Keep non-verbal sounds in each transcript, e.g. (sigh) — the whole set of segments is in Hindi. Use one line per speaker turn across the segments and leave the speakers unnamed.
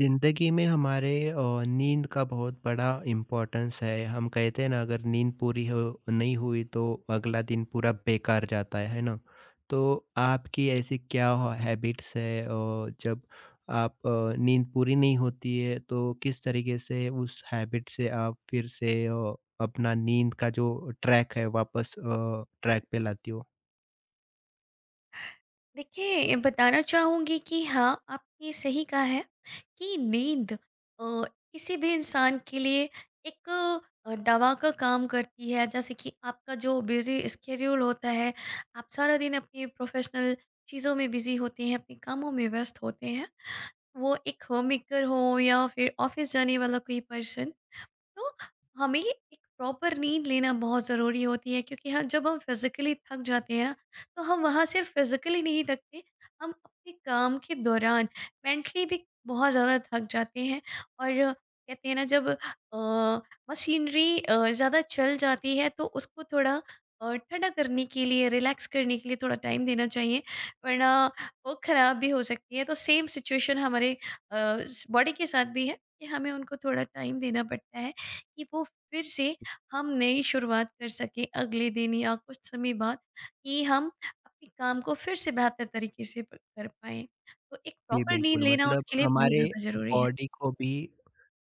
जिंदगी में हमारे नींद का बहुत बड़ा इम्पोर्टेंस है। हम कहते हैं ना, अगर नींद पूरी हो नहीं हुई तो अगला दिन पूरा बेकार जाता है ना। तो आपकी ऐसी क्या हैबिट्स है, और जब आप नींद पूरी नहीं होती है तो किस तरीके से उस हैबिट से आप फिर से अपना नींद का जो ट्रैक है वापस ट्रैक पे लाती हो?
देखिए, बताना चाहूँगी कि हाँ, आपने सही कहा है कि नींद किसी भी इंसान के लिए एक दवा का काम करती है। जैसे कि आपका जो बिज़ी स्केड्यूल होता है, आप सारा दिन अपनी प्रोफ़ेशनल चीज़ों में बिज़ी होते हैं, अपने कामों में व्यस्त होते हैं। वो एक होम मेकर हो या फिर ऑफ़िस जाने वाला कोई पर्सन, तो हमें एक प्रॉपर नींद लेना बहुत ज़रूरी होती है क्योंकि हाँ, जब हम फिज़िकली थक जाते हैं ना, तो हम वहाँ सिर्फ फिज़िकली नहीं थकते, हम अपने काम के दौरान मेंटली भी बहुत ज़्यादा थक जाते हैं। और कहते हैं ना, जब मशीनरी ज़्यादा चल जाती है तो उसको थोड़ा ठंडा करने के लिए, रिलैक्स करने के लिए थोड़ा टाइम देना चाहिए, वरना वो ख़राब भी हो सकती है। तो सेम सिचुएशन हमारे अ, बॉडी के साथ भी है कि हमें उनको थोड़ा टाइम देना पड़ता है। कि वो फिर से हम नई शुरुआत कर सकें अगले दिन या कुछ समय बाद, कि हम अपने काम को फिर से बेहतर तरीके से कर पाए। तो एक
जी
प्रॉपर नींद
बिल्कुल।
लेना
मतलब
उसके लिए बहुत
हमारे
ज़्यादा ज़रूरी है।
बॉडी को भी,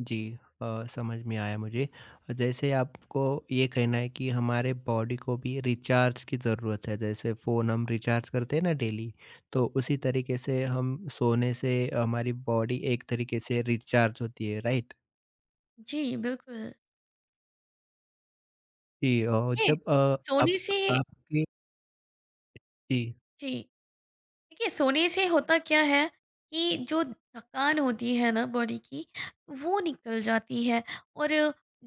जी, समझ में आया मुझे। जैसे आपको ये कहना है कि हमारे बॉडी को भी रिचार्ज की ज़रूरत है, जैसे फ़ोन हम रिचार्ज करते हैं ना डेली, तो उसी तरीके से हम सोने से हमारी बॉडी एक तरीके से रिचार्ज होती है, राइट?
जी बिल्कुल।
जी, और
ये
जब
सोने
आप
से,
आपके जी,
जी, देखिए, सोने से होता क्या है कि जो थकान होती है ना बॉडी की, वो निकल जाती है। और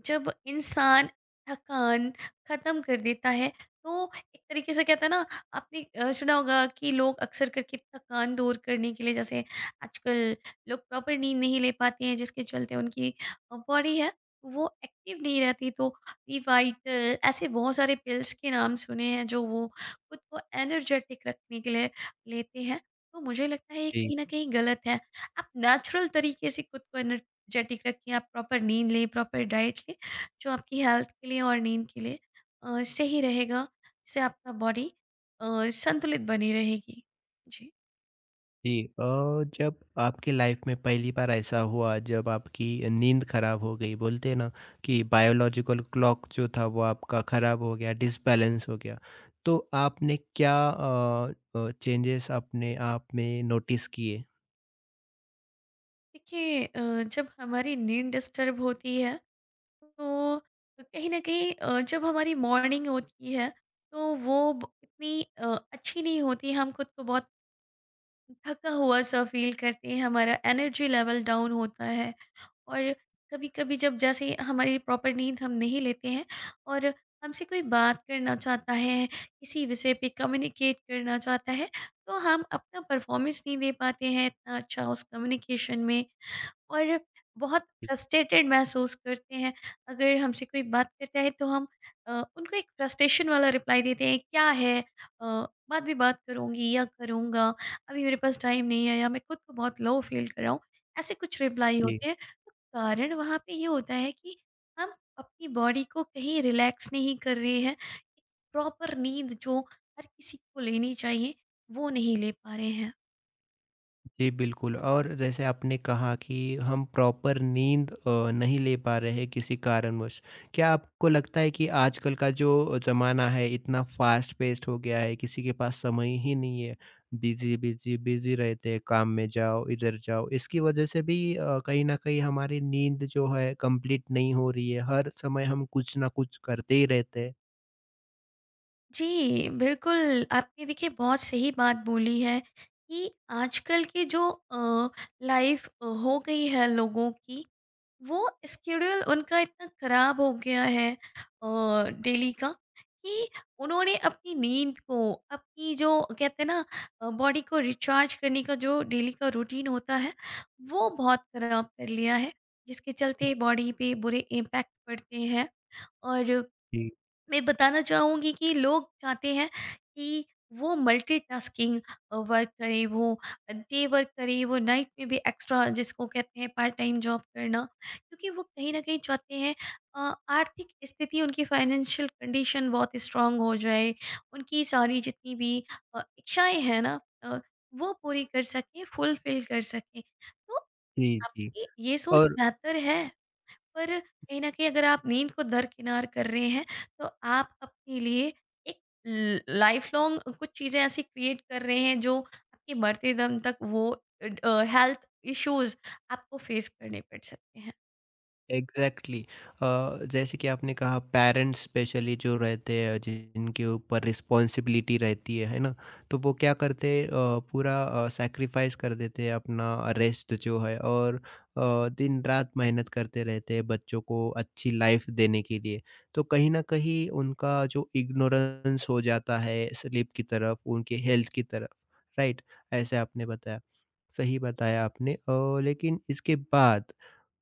जब इंसान थकान ख़त्म कर देता है, तो एक तरीके से कहता है ना, आपने सुना होगा कि लोग अक्सर करके थकान दूर करने के लिए, जैसे आजकल लोग प्रॉपर नींद नहीं ले पाते हैं, जिसके चलते उनकी बॉडी है वो एक्टिव नहीं रहती, तो रिवाइटल ऐसे बहुत सारे पिल्स के नाम सुने हैं जो वो खुद को एनर्जेटिक रखने के लिए लेते हैं। तो मुझे लगता है ये
जी।
कहीं न कहीं गलत है। आप नेचुरल तरीके से खुद को एनर्जेटिक रखिए, आप प्रॉपर नींद लें, प्रॉपर डाइट लें, जो आपकी हेल्थ के लिए और नींद के लिए सही रहेगा, जिससे आपका बॉडी अ, संतुलित बनी रहेगी। जी।
जी, जब आपकी लाइफ में पहली बार ऐसा हुआ जब आपकी नींद खराब हो गई, बोलते हैं ना कि बायोलॉजिकल क्लॉक जो था वो आपका खराब हो गया, डिसबैलेंस हो गया, तो आपने क्या चेंजेस अपने आप में नोटिस किए?
देखिए, जब हमारी नींद डिस्टर्ब होती है, तो कहीं न कहीं, जब हमारी मॉर्निंग होती है, तो वो ब इतनी अच्छी नहीं होती, हम खुद को बहुत थका हुआ सा फ़ील करते हैं, हमारा एनर्जी लेवल डाउन होता है। और कभी-कभी जब जैसे हमारी प्रॉपर नींद हम नहीं लेते हैं और हमसे कोई बात करना चाहता है, किसी विषय पे कम्युनिकेट करना चाहता है, तो हम अपना परफ़ॉर्मेंस नहीं दे पाते हैं इतना अच्छा उस कम्युनिकेशन में, और बहुत फ्रस्ट्रेटेड महसूस करते हैं। अगर हमसे कोई बात करता है तो हम उनको एक फ्रस्ट्रेशन वाला रिप्लाई देते हैं, क्या है बाद में बात करूँगी या करूँगा, अभी मेरे पास टाइम नहीं है या मैं खुद को बहुत लो फ़ील कर रहा हूँ। ऐसे कुछ रिप्लाई
जी।
होते हैं। कारण वहाँ पे ये होता है कि हम अपनी बॉडी को कहीं रिलैक्स नहीं कर रहे हैं। प्रॉपर नींद जो हर किसी को लेनी चाहिए, वो नहीं ले पा रहे हैं।
जी, बिल्कुल। और जैसे आपने कहा कि हम प्रॉपर नींद नहीं ले पा रहे हैं किसी कारणवश, क्या आपको लगता है कि आजकल का जो ज़माना है इतना फ़ास्ट पेस्ड हो गया है, किसी के पास समय ही नहीं है, बिज़ी, बिज़ी, बिज़ी रहते हैं, काम में जाओ, इधर जाओ। इसकी वजह से भी कहीं न कहीं हमारी नींद जो है कंप्लीट नहीं हो रही है, हर समय हम कुछ ना कुछ करते ही रहते हैं।
जी, बिल्कुल, आपने देखिए बहुत सही बात बोली है कि आजकल की जो लाइफ़ हो गई है लोगों की, वो स्केड्यूल उनका इतना ख़राब हो गया है, डेली का, कि उन्होंने अपनी नींद को, अपनी जो कहते हैं ना, बॉडी को रिचार्ज करने का जो डेली का रूटीन होता है, वो बहुत ख़राब कर लिया है, जिसके चलते बॉडी पे बुरे इम्पैक्ट पड़ते हैं। और
जी,
मैं बताना चाहूँगी कि लोग चाहते हैं कि वो मल्टीटास्किंग वर्क करे, वो डे वर्क करे, वो नाइट में भी एक्स्ट्रा जिसको कहते हैं पार्ट टाइम जॉब करना। क्योंकि वो कहीं न कहीं चाहते हैं आर्थिक स्थिति उनकी फाइनेंशियल कंडीशन बहुत स्ट्रॉन्ग हो जाए, उनकी सारी जितनी भी इच्छाएँ हैं ना, अ, वो पूरी कर सकें, फुलफ़िल कर सकें। तो
जी, जी।
आपकी ये सोच
और
बेहतर है। पर कहीं न कहीं अगर आप नींद को दरकिनार कर रहे हैं, तो आप अपने लिए एक ल लाइफ़ लॉन्ग कुछ चीज़ें ऐसी क्रिएट कर रहे हैं जो आपके मरते दम तक वो ड हेल्थ इश्यूज़ आपको फेस करने पड़ सकते हैं।
Exactly exactly. जैसे कि आपने कहा, पेरेंट्स स्पेशली जो रहते हैं जिनके ऊपर रिस्पॉन्सिबिलिटी रहती है ना, तो वो क्या करते हैं, पूरा सैक्रिफाइस कर देते हैं अपना रेस्ट जो है, और दिन रात मेहनत करते रहते हैं बच्चों को अच्छी लाइफ देने के लिए। तो कहीं ना कहीं उनका जो इग्नोरेंस हो जाता है स्लीप की तरफ, उनके हेल्थ की तरफ, राइट? ऐसे आपने बताया, सही बताया आपने। लेकिन इसके बाद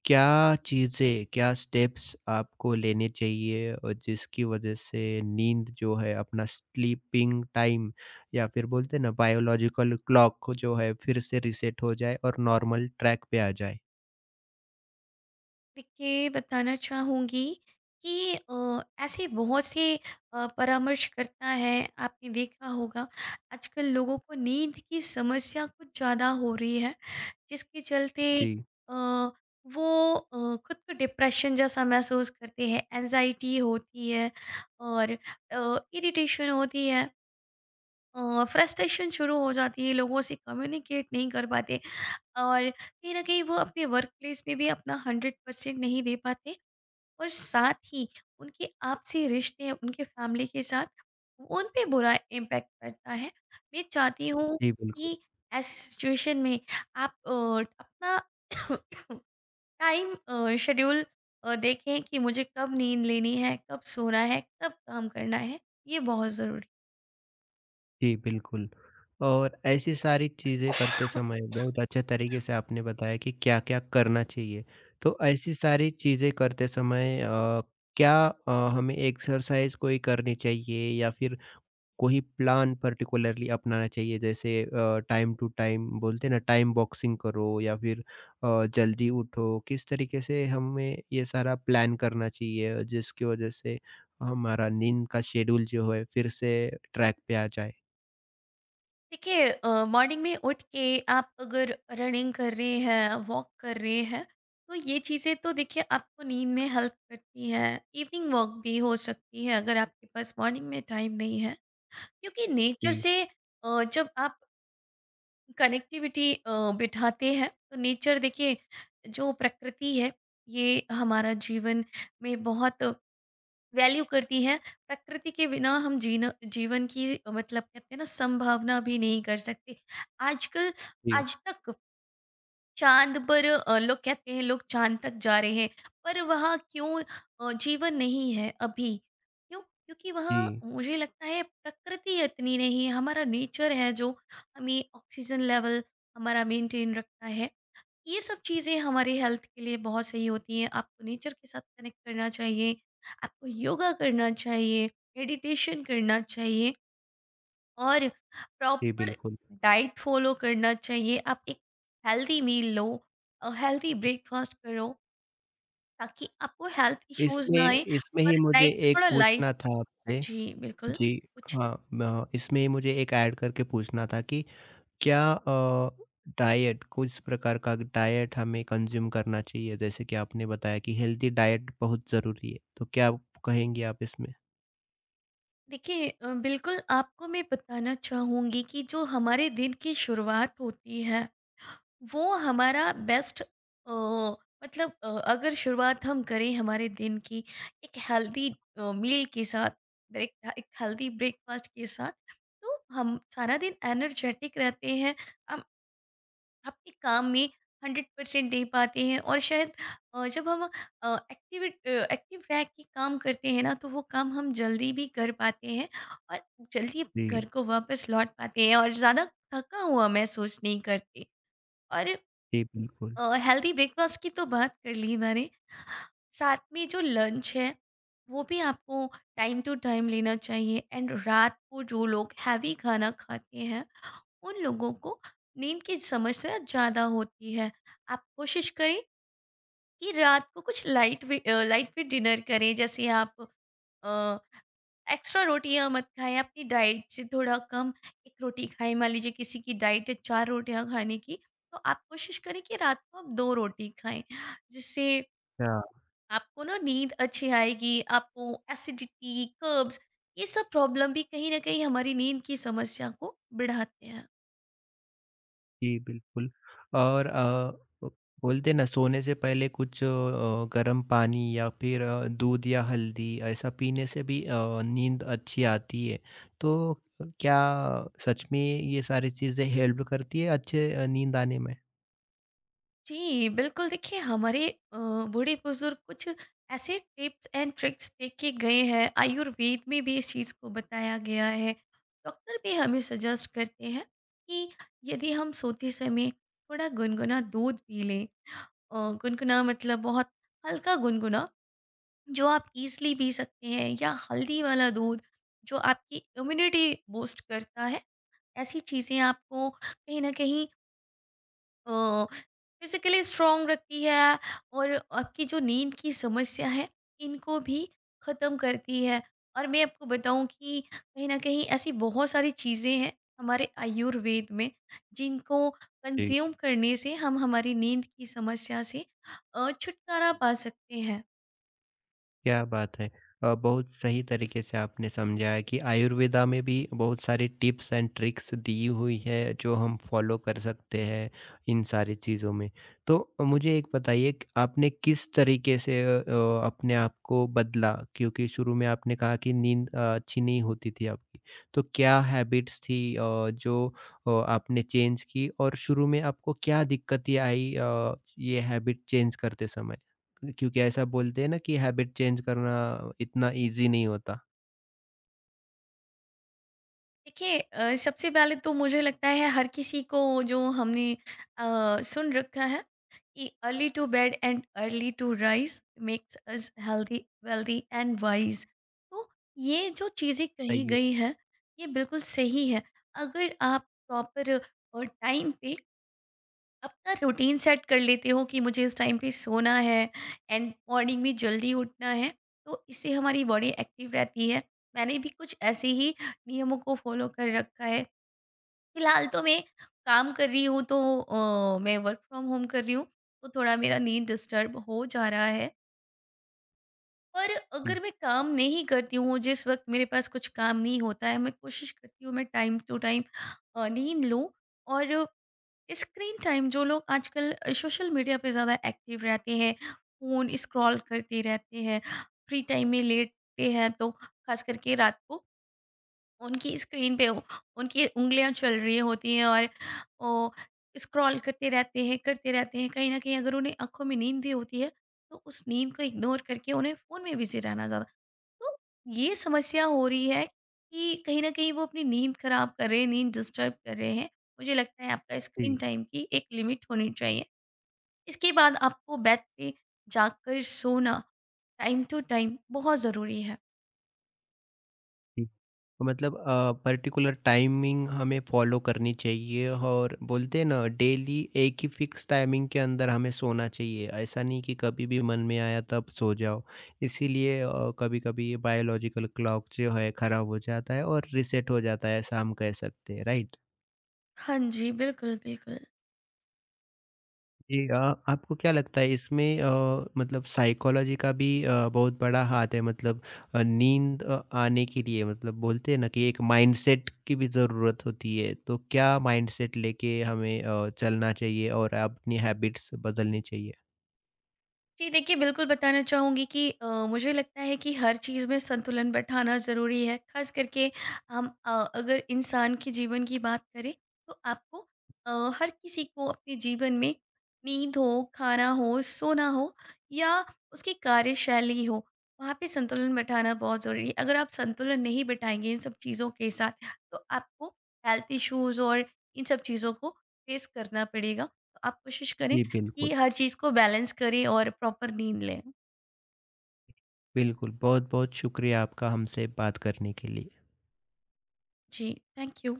क्या चीज़ें, क्या स्टेप्स आपको लेने चाहिए, और जिसकी वजह से नींद जो है, अपना स्लीपिंग टाइम या फिर बोलते हैं ना बायोलॉजिकल क्लॉक जो है, फिर से रीसेट हो जाए और नॉर्मल ट्रैक पे आ जाए?
देखिए, बताना चाहूँगी कि ऐसे बहुत से परामर्शकर्ता हैं, आपने देखा होगा आजकल लोगों को नींद की समस्या कुछ ज़्यादा हो रही है, जिसके चलते
जी,
अ, वो खुद को डिप्रेशन जैसा महसूस करते हैं, एंजाइटी होती है और इरिटेशन होती है, फ्रस्ट्रेशन शुरू हो जाती है, लोगों से कम्युनिकेट नहीं कर पाते, और कहीं ना कहीं वो अपने वर्क प्लेस में भी अपना हंड्रेड परसेंट नहीं दे पाते, और साथ ही उनके आपसी रिश्ते, उनके फ़ैमिली के साथ उन पे बुरा इम्पैक्ट पड़ता है। मैं चाहती हूँ
जी बिल्कुल।
कि ऐसी सिचुएशन में आप अपना (coughs) टाइम शेड्यूल देखें कि मुझे कब नींद लेनी है, कब सोना है, कब काम करना है। ये बहुत ज़रूरी।
जी बिल्कुल, और ऐसी सारी चीज़ें करते समय बहुत अच्छे तरीके से आपने बताया कि क्या-क्या करना चाहिए। तो ऐसी सारी चीज़ें करते समय, क्या अ, हमें एक्सरसाइज़ कोई करनी चाहिए, या फिर कोई प्लान पर्टिकुलरली अपनाना चाहिए, जैसे टाइम टू टाइम बोलते हैं ना, टाइम बॉक्सिंग करो, या फिर जल्दी उठो? किस तरीके से हमें ये सारा प्लान करना चाहिए जिसकी वजह से हमारा नींद का शेड्यूल जो है फिर से ट्रैक पे आ जाए?
देखिए, मॉर्निंग में उठ के आप अगर रनिंग कर रहे हैं, वॉक कर रहे हैं, तो ये चीज़ें तो देखिए आपको नींद में हेल्प करती हैं। इवनिंग वॉक भी हो सकती है अगर आपके पास मॉर्निंग में टाइम नहीं है, क्योंकि नेचर
जी,
से जब आप कनेक्टिविटी बिठाते हैं, तो नेचर देखिए, जो प्रकृति है, ये हमारा जीवन में बहुत वैल्यू करती है। प्रकृति के बिना हम जीना जीवन की, मतलब कहते हैं ना, संभावना भी नहीं कर सकते। आजकल
जी,
आज तक चांद पर, लोग कहते हैं लोग चांद तक जा रहे हैं, पर वहाँ क्यों जीवन नहीं है अभी, क्यों, क्योंकि वहाँ
जी,
मुझे लगता है प्रकृति इतनी नहीं है। हमारा नेचर है जो हमें ऑक्सीजन लेवल हमारा मेंटेन रखता है। ये सब चीज़ें हमारी हेल्थ के लिए बहुत सही होती हैं। आपको नेचर के साथ कनेक्ट करना चाहिए, आपको योगा करना चाहिए, मेडिटेशन करना चाहिए, और
जी,
प्रॉपर
बिल्कुल।
डाइट फ़ॉलो करना चाहिए। आप एक हेल्दी मील लो, हेल्दी ब्रेकफ़ास्ट करो, ताकि आपको हेल्थ इश्यूज़ ना आएँ,
इसमें इसमें
और
ही मुझे
डाइट में
एक
थोड़ा लाइट।
पूछना था आपसे।
जी, बिल्कुल,
जी,
पूछिए।
हाँ, म इसमें ही मुझे एक ऐड करके पूछना था कि क्या डाइट, कुछ प्रकार का डाइट हमें कंज्यूम करना चाहिए? जैसे कि आपने बताया कि हेल्दी डाइट बहुत ज़रूरी है, तो क्या कहेंगी आप इसमें?
देखिए, बिल्कुल आपको मैं बताना चाहूँगी कि जो हमारे दिन की शुरुआत होती है वो हमारा बेस्ट, मतलब अगर शुरुआत हम करें हमारे दिन की एक हेल्दी मील के साथ, ब्रेक एक हेल्दी ब्रेकफास्ट के साथ, तो हम सारा दिन एनर्जेटिक रहते हैं, हम अपने काम में हंड्रेड परसेंट दे पाते हैं। और शायद जब हम एक्टिव एक्टिव रह के काम करते हैं ना, तो वो काम हम जल्दी भी कर पाते हैं, और जल्दी अपने घर
जी,
को वापस लौट पाते हैं, और ज़्यादा थका हुआ महसूस नहीं करते। और
जी बिल्कुल।
हेल्दी ब्रेकफास्ट की तो बात कर ली मैंने, साथ में जो लंच है वो भी आपको टाइम टू टाइम लेना चाहिए, एंड रात को जो लोग हैवी खाना खाते हैं उन लोगों को नींद की समस्या ज़्यादा होती है। आप कोशिश करें कि रात को कुछ लाइट वेट डिनर करें। जैसे आप अ, एक्स्ट्रा रोटियां मत खाएं, अपनी डाइट से थोड़ा कम एक रोटी खाएं। मान लीजिए किसी की डाइट है चार रोटियां खाने की, तो आप कोशिश करें कि रात को आप दो रोटी खाएं, जिससे
हाँ,
आपको ना नींद अच्छी आएगी। आपको एसिडिटी, कर्ब्स, ये सब प्रॉब्लम भी कहीं ना कहीं हमारी नींद की समस्या को बढ़ाते हैं।
जी बिल्कुल। और बोलते हैं ना, सोने से पहले कुछ गर्म पानी या फिर दूध या हल्दी ऐसा पीने से भी नींद अच्छी आती है। तो क्या सच में ये सारी चीज़ें हेल्प करती है अच्छे नींद आने में?
जी, बिल्कुल, देखिए, हमारे बूढ़े-बुज़ुर्ग कुछ ऐसे टिप्स एंड ट्रिक्स दे के गए हैं, आयुर्वेद में भी इस चीज़ को बताया गया है। डॉक्टर भी हमें सजेस्ट करते हैं कि यदि हम सोते समय थोड़ा गुनगुना दूध पी लें, अ, गुनगुना मतलब बहुत हल्का गुनगुना, जो आप ईज़िली पी सकते हैं, या हल्दी वाला दूध जो आपकी इम्यूनिटी बूस्ट करता है, ऐसी चीज़ें आपको कहीं न कहीं फिजिकली स्ट्रांग रखती है, और आपकी जो नींद की समस्या है, इनको भी ख़त्म करती है। और मैं आपको बताऊं कि कहीं ना कहीं ऐसी बहुत सारी चीज़ें हैं हमारे आयुर्वेद में, जिनको कंज्यूम करने से हम हमारी नींद की समस्या से छुटकारा पा सकते हैं।
क्या बात है! बहुत सही तरीके से आपने समझाया कि आयुर्वेदा में भी बहुत सारी टिप्स एंड ट्रिक्स दी हुई है जो हम फॉलो कर सकते हैं इन सारी चीज़ों में। तो मुझे एक बताइए कि आपने किस तरीके से अपने आप को बदला? क्योंकि शुरू में आपने कहा कि नींद अच्छी नहीं होती थी आपकी। तो क्या हैबिट्स थी जो आपने चेंज की, और शुरू में आपको क्या दिक्कतें आई ये हैबिट चेंज करते समय? क्योंकि ऐसा बोलते हैं ना कि हैबिट चेंज करना इतना ईज़ी नहीं होता।
देखिए, सबसे पहले तो मुझे लगता है हर किसी को, जो हमने अ, सुन रखा है कि early to bed and early to rise, makes us healthy wealthy and wise. तो ये जो चीज़ें कही
सही है।
गई है, ये बिल्कुल सही है। अगर आप प्रॉपर टाइम पे अपना रूटीन सेट कर लेते हो कि मुझे इस टाइम पे सोना है, एंड मॉर्निंग में जल्दी उठना है, तो इससे हमारी बॉडी एक्टिव रहती है। मैंने भी कुछ ऐसे ही नियमों को फॉलो कर रखा है। फिलहाल तो मैं काम कर रही हूँ तो मैं वर्क फ्रॉम होम कर रही हूँ, तो थोड़ा मेरा नींद डिस्टर्ब हो जा रहा है। और
जी,
अगर मैं काम नहीं करती हूँ, जिस वक्त मेरे पास कुछ काम नहीं होता है, मैं कोशिश करती हूँ मैं टाइम टू टाइम नींद लूँ। और स्क्रीन टाइम, जो लोग आजकल सोशल मीडिया पे ज़्यादा एक्टिव रहते हैं, फ़ोन स्क्रॉल करते रहते हैं, फ्री टाइम में लेटते हैं, तो खास करके रात को उनकी स्क्रीन पे उनकी उंगलियां चल रही होती हैं, और ओ, स्क्रॉल करते रहते हैं, कहीं ना कहीं अगर उन्हें आंखों में नींद भी होती है, तो उस नींद को इग्नोर करके उन्हें फ़ोन में बिजी रहना ज़्यादा। तो ये समस्या हो रही है कि कहीं न कहीं वो अपनी नींद खराब कर रहे हैं, नींद डिस्टर्ब कर रहे हैं। मुझे लगता है आपका स्क्रीन
जी,
टाइम की एक लिमिट होनी चाहिए। इसके बाद आपको बेड पे जाकर सोना टाइम टू टाइम बहुत ज़रूरी है।
जी। तो मतलब पर्टिकुलर टाइमिंग हमें फॉलो करनी चाहिए, और बोलते हैं ना, डेली एक ही फिक्स टाइमिंग के अंदर हमें सोना चाहिए। ऐसा नहीं कि कभी भी मन में आया तब सो जाओ। इसीलिए कभी-कभी ये बायोलॉजिकल क्लॉक जो है खराब हो जाता है और रीसेट हो जाता है, ऐसा हम कह सकते हैं, राइट?
हाँ जी, बिल्कुल, बिल्कुल।
जी, आपको क्या लगता है इसमें, मतलब साइकोलॉजी का भी बहुत बड़ा हाथ है? मतलब नींद आने के लिए, मतलब बोलते हैं ना कि एक माइंडसेट की भी ज़रूरत होती है, तो क्या माइंडसेट लेके हमें चलना चाहिए और अपनी हैबिट्स बदलनी चाहिए?
जी देखिए, बिल्कुल बताना चाहूँगी कि मुझे लगता है कि हर चीज़ में संतुलन बैठाना ज़रूरी है। ख़ास करके हम, अगर इंसान के जीवन की बात करें, तो आपको अ, हर किसी को अपने जीवन में नींद हो, खाना हो, सोना हो, या उसकी कार्यशैली हो, वहाँ पे संतुलन बैठाना बहुत ज़रूरी है। अगर आप संतुलन नहीं बैठाएँगे इन सब चीज़ों के साथ, तो आपको हेल्थ इश्यूज़ और इन सब चीज़ों को फ़ेस करना पड़ेगा। तो आप कोशिश करें
जी,
कि
बिल्कुल,
हर चीज़ को बैलेंस करें और प्रॉपर नींद लें।
बिल्कुल। बहुत-बहुत शुक्रिया आपका हमसे बात करने के लिए।
जी, थैंक यू।